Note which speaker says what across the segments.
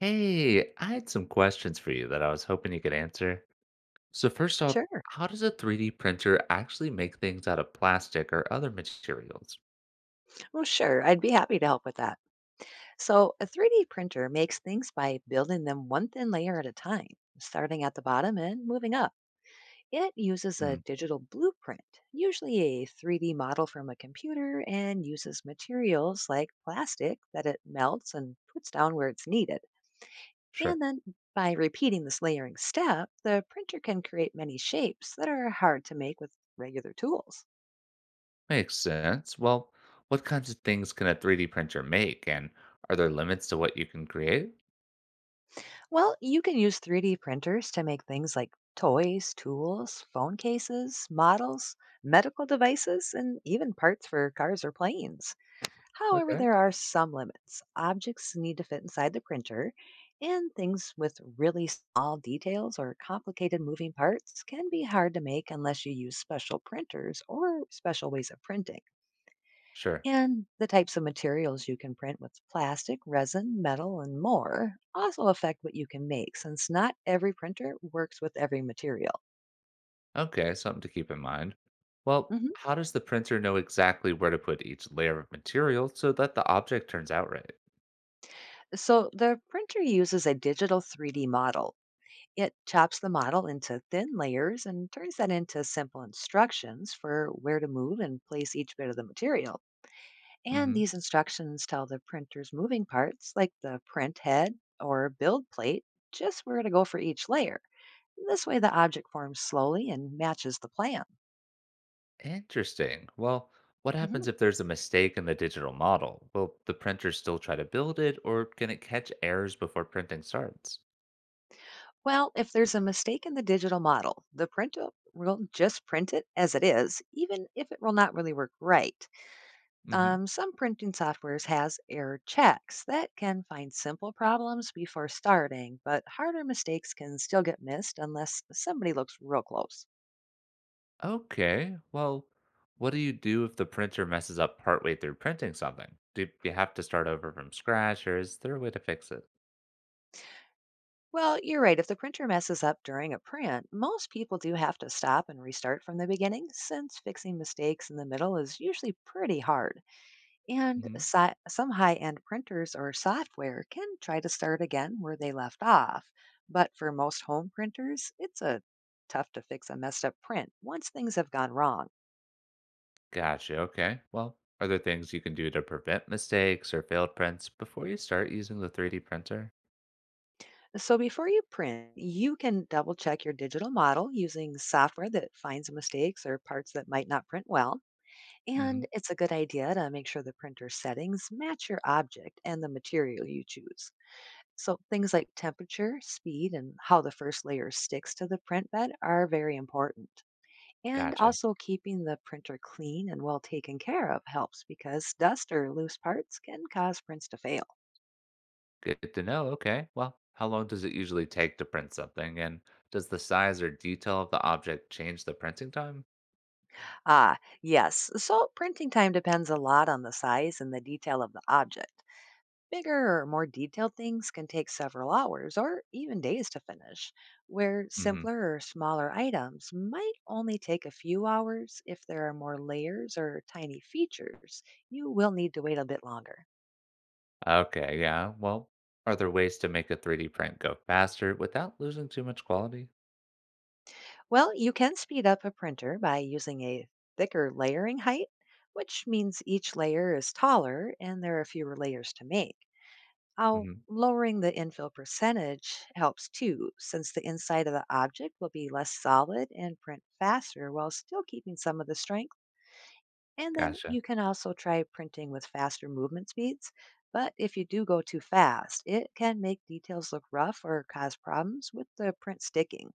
Speaker 1: Hey, I had some questions for you that I was hoping you could answer. So first off,
Speaker 2: Sure.
Speaker 1: how does a 3D printer actually make things out of plastic or other materials?
Speaker 2: Well, sure. I'd be happy to help with that. So, a 3D printer makes things by building them one thin layer at a time, starting at the bottom and moving up. It uses a
Speaker 1: Hmm,
Speaker 2: digital blueprint, usually a 3D model from a computer, and uses materials like plastic that it melts and puts down where it's needed.
Speaker 1: sure.
Speaker 2: And then by repeating this layering step, the printer can create many shapes that are hard to make with regular tools.
Speaker 1: Makes sense. Well, what kinds of things can a 3D printer make, and are there limits to what you can create?
Speaker 2: Well, you can use 3D printers to make things like toys, tools, phone cases, models, medical devices, and even parts for cars or planes. However,
Speaker 1: Okay.
Speaker 2: there are some limits. Objects need to fit inside the printer, and things with really small details or complicated moving parts can be hard to make unless you use special printers or special ways of printing.
Speaker 1: Sure.
Speaker 2: And the types of materials you can print with plastic, resin, metal, and more also affect what you can make since not every printer works with every material.
Speaker 1: Okay, something to keep in mind. Well,
Speaker 2: hmm
Speaker 1: how does the printer know exactly where to put each layer of material so that the object turns out right?
Speaker 2: So the printer uses a digital 3D model. It chops the model into thin layers and turns that into simple instructions for where to move and place each bit of the material. And
Speaker 1: Mm-hmm.
Speaker 2: these instructions tell the printer's moving parts, like the print head or build plate, just where to go for each layer. This way, the object forms slowly and matches the plan.
Speaker 1: Interesting. Well, what
Speaker 2: hmm
Speaker 1: happens if there's a mistake in the digital model? Will the printer still try to build it, or can it catch errors before printing starts?
Speaker 2: Well, if there's a mistake in the digital model, the printer will just print it as it is, even if it will not really work right.
Speaker 1: Hmm.
Speaker 2: Some printing softwares has error checks that can find simple problems before starting, but harder mistakes can still get missed unless somebody looks real close.
Speaker 1: Okay, well, what do you do if the printer messes up partway through printing something? Do you have to start over from scratch, or is there a way to fix it?
Speaker 2: Well, you're right. If the printer messes up during a print, most people do have to stop and restart from the beginning since fixing mistakes in the middle is usually pretty hard. And
Speaker 1: Hmm.
Speaker 2: some high end printers or software can try to start again where they left off. But for most home printers, it's a tough to fix a messed up print once things have gone wrong.
Speaker 1: Gotcha, okay. Well, are there things you can do to prevent mistakes or failed prints before you start using the 3D printer?
Speaker 2: So before you print, you can double check your digital model using software that finds mistakes or parts that might not print well.
Speaker 1: Hmm.
Speaker 2: And it's a good idea to make sure the printer settings match your object and the material you choose. So things like temperature, speed, and how the first layer sticks to the print bed are very important. And
Speaker 1: Gotcha.
Speaker 2: also keeping the printer clean and well taken care of helps because dust or loose parts can cause prints to fail.
Speaker 1: Good to know. Okay. Well, how long does it usually take to print something? And does the size or detail of the object change the printing time?
Speaker 2: Ah, yes. So printing time depends a lot on the size and the detail of the object. Bigger or more detailed things can take several hours or even days to finish, where
Speaker 1: Hmm.
Speaker 2: simpler or smaller items might only take a few hours if there are more layers or tiny features. You will need to wait a bit longer.
Speaker 1: Okay. Yeah. Well, are there ways to make a 3D print go faster without losing too much quality?
Speaker 2: Well, you can speed up a printer by using a thicker layering height, which means each layer is taller and there are fewer layers to make. Oh,
Speaker 1: Hmm.
Speaker 2: lowering the infill percentage helps too, since the inside of the object will be less solid and print faster while still keeping some of the strength. And then
Speaker 1: Gotcha.
Speaker 2: you can also try printing with faster movement speeds. But if you do go too fast, it can make details look rough or cause problems with the print sticking.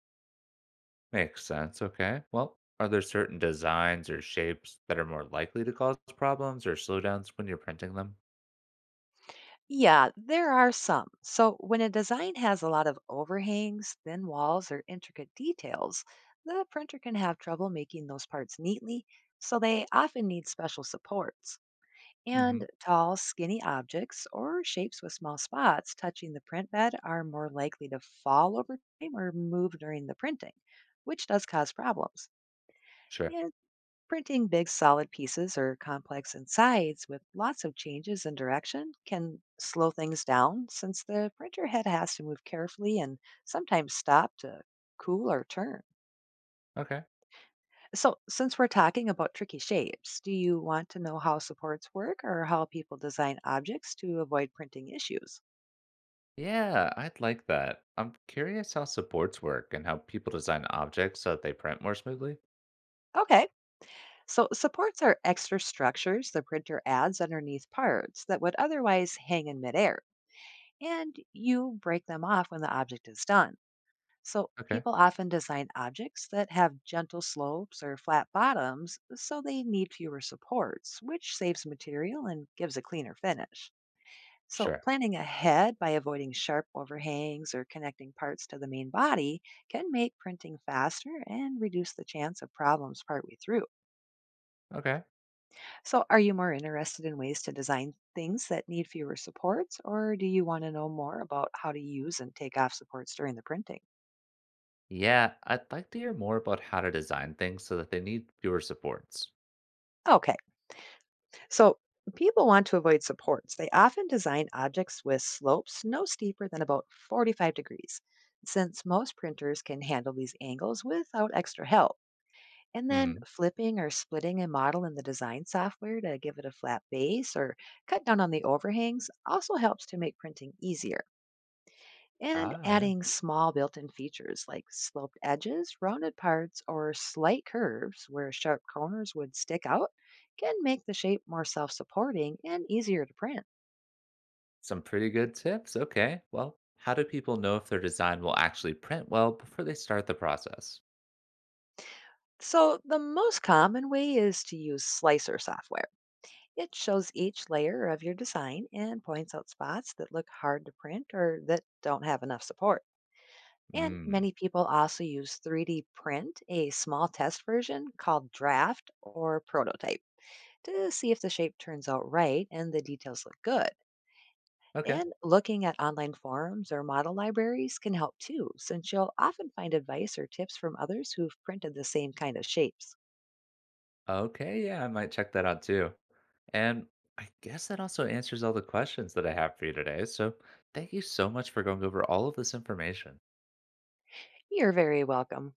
Speaker 1: Makes sense. Okay. Well, are there certain designs or shapes that are more likely to cause problems or slowdowns when you're printing them?
Speaker 2: Yeah, there are some. So when a design has a lot of overhangs, thin walls, or intricate details, the printer can have trouble making those parts neatly, so they often need special supports.
Speaker 1: Hmm.
Speaker 2: And tall, skinny objects or shapes with small spots touching the print bed are more likely to fall over time or move during the printing, which does cause problems.
Speaker 1: Sure.
Speaker 2: And printing big solid pieces or complex insides with lots of changes in direction can slow things down since the printer head has to move carefully and sometimes stop to cool or turn.
Speaker 1: Okay.
Speaker 2: So, since we're talking about tricky shapes, do you want to know how supports work or how people design objects to avoid printing issues?
Speaker 1: Yeah, I'd like that. I'm curious how supports work and how people design objects so that they print more smoothly.
Speaker 2: Okay, so supports are extra structures the printer adds underneath parts that would otherwise hang in midair, and you break them off when the object is done. So
Speaker 1: Okay,
Speaker 2: people often design objects that have gentle slopes or flat bottoms, so they need fewer supports, which saves material and gives a cleaner finish. So
Speaker 1: sure.
Speaker 2: planning ahead by avoiding sharp overhangs or connecting parts to the main body can make printing faster and reduce the chance of problems partway through.
Speaker 1: Okay.
Speaker 2: So are you more interested in ways to design things that need fewer supports, or do you want to know more about how to use and take off supports during the printing?
Speaker 1: Yeah, I'd like to hear more about how to design things so that they need fewer supports.
Speaker 2: Okay. So people want to avoid supports. They often design objects with slopes no steeper than about 45 degrees, since most printers can handle these angles without extra help. And then
Speaker 1: Hmm.
Speaker 2: flipping or splitting a model in the design software to give it a flat base or cut down on the overhangs also helps to make printing easier, and
Speaker 1: Ah, yeah.
Speaker 2: adding small built in features like sloped edges, rounded parts, or slight curves where sharp corners would stick out can make the shape more self supporting and easier to print.
Speaker 1: Some pretty good tips. Okay. Well, how do people know if their design will actually print well before they start the process?
Speaker 2: So, the most common way is to use Slicer software. It shows each layer of your design and points out spots that look hard to print or that don't have enough support. And
Speaker 1: Mm.
Speaker 2: many people also use 3D Print, a small test version called Draft or Prototype, to see if the shape turns out right and the details look good.
Speaker 1: Okay.
Speaker 2: And looking at online forums or model libraries can help too, since you'll often find advice or tips from others who've printed the same kind of shapes.
Speaker 1: Okay, yeah, I might check that out too. And I guess that also answers all the questions that I have for you today. So thank you so much for going over all of this information.
Speaker 2: You're very welcome.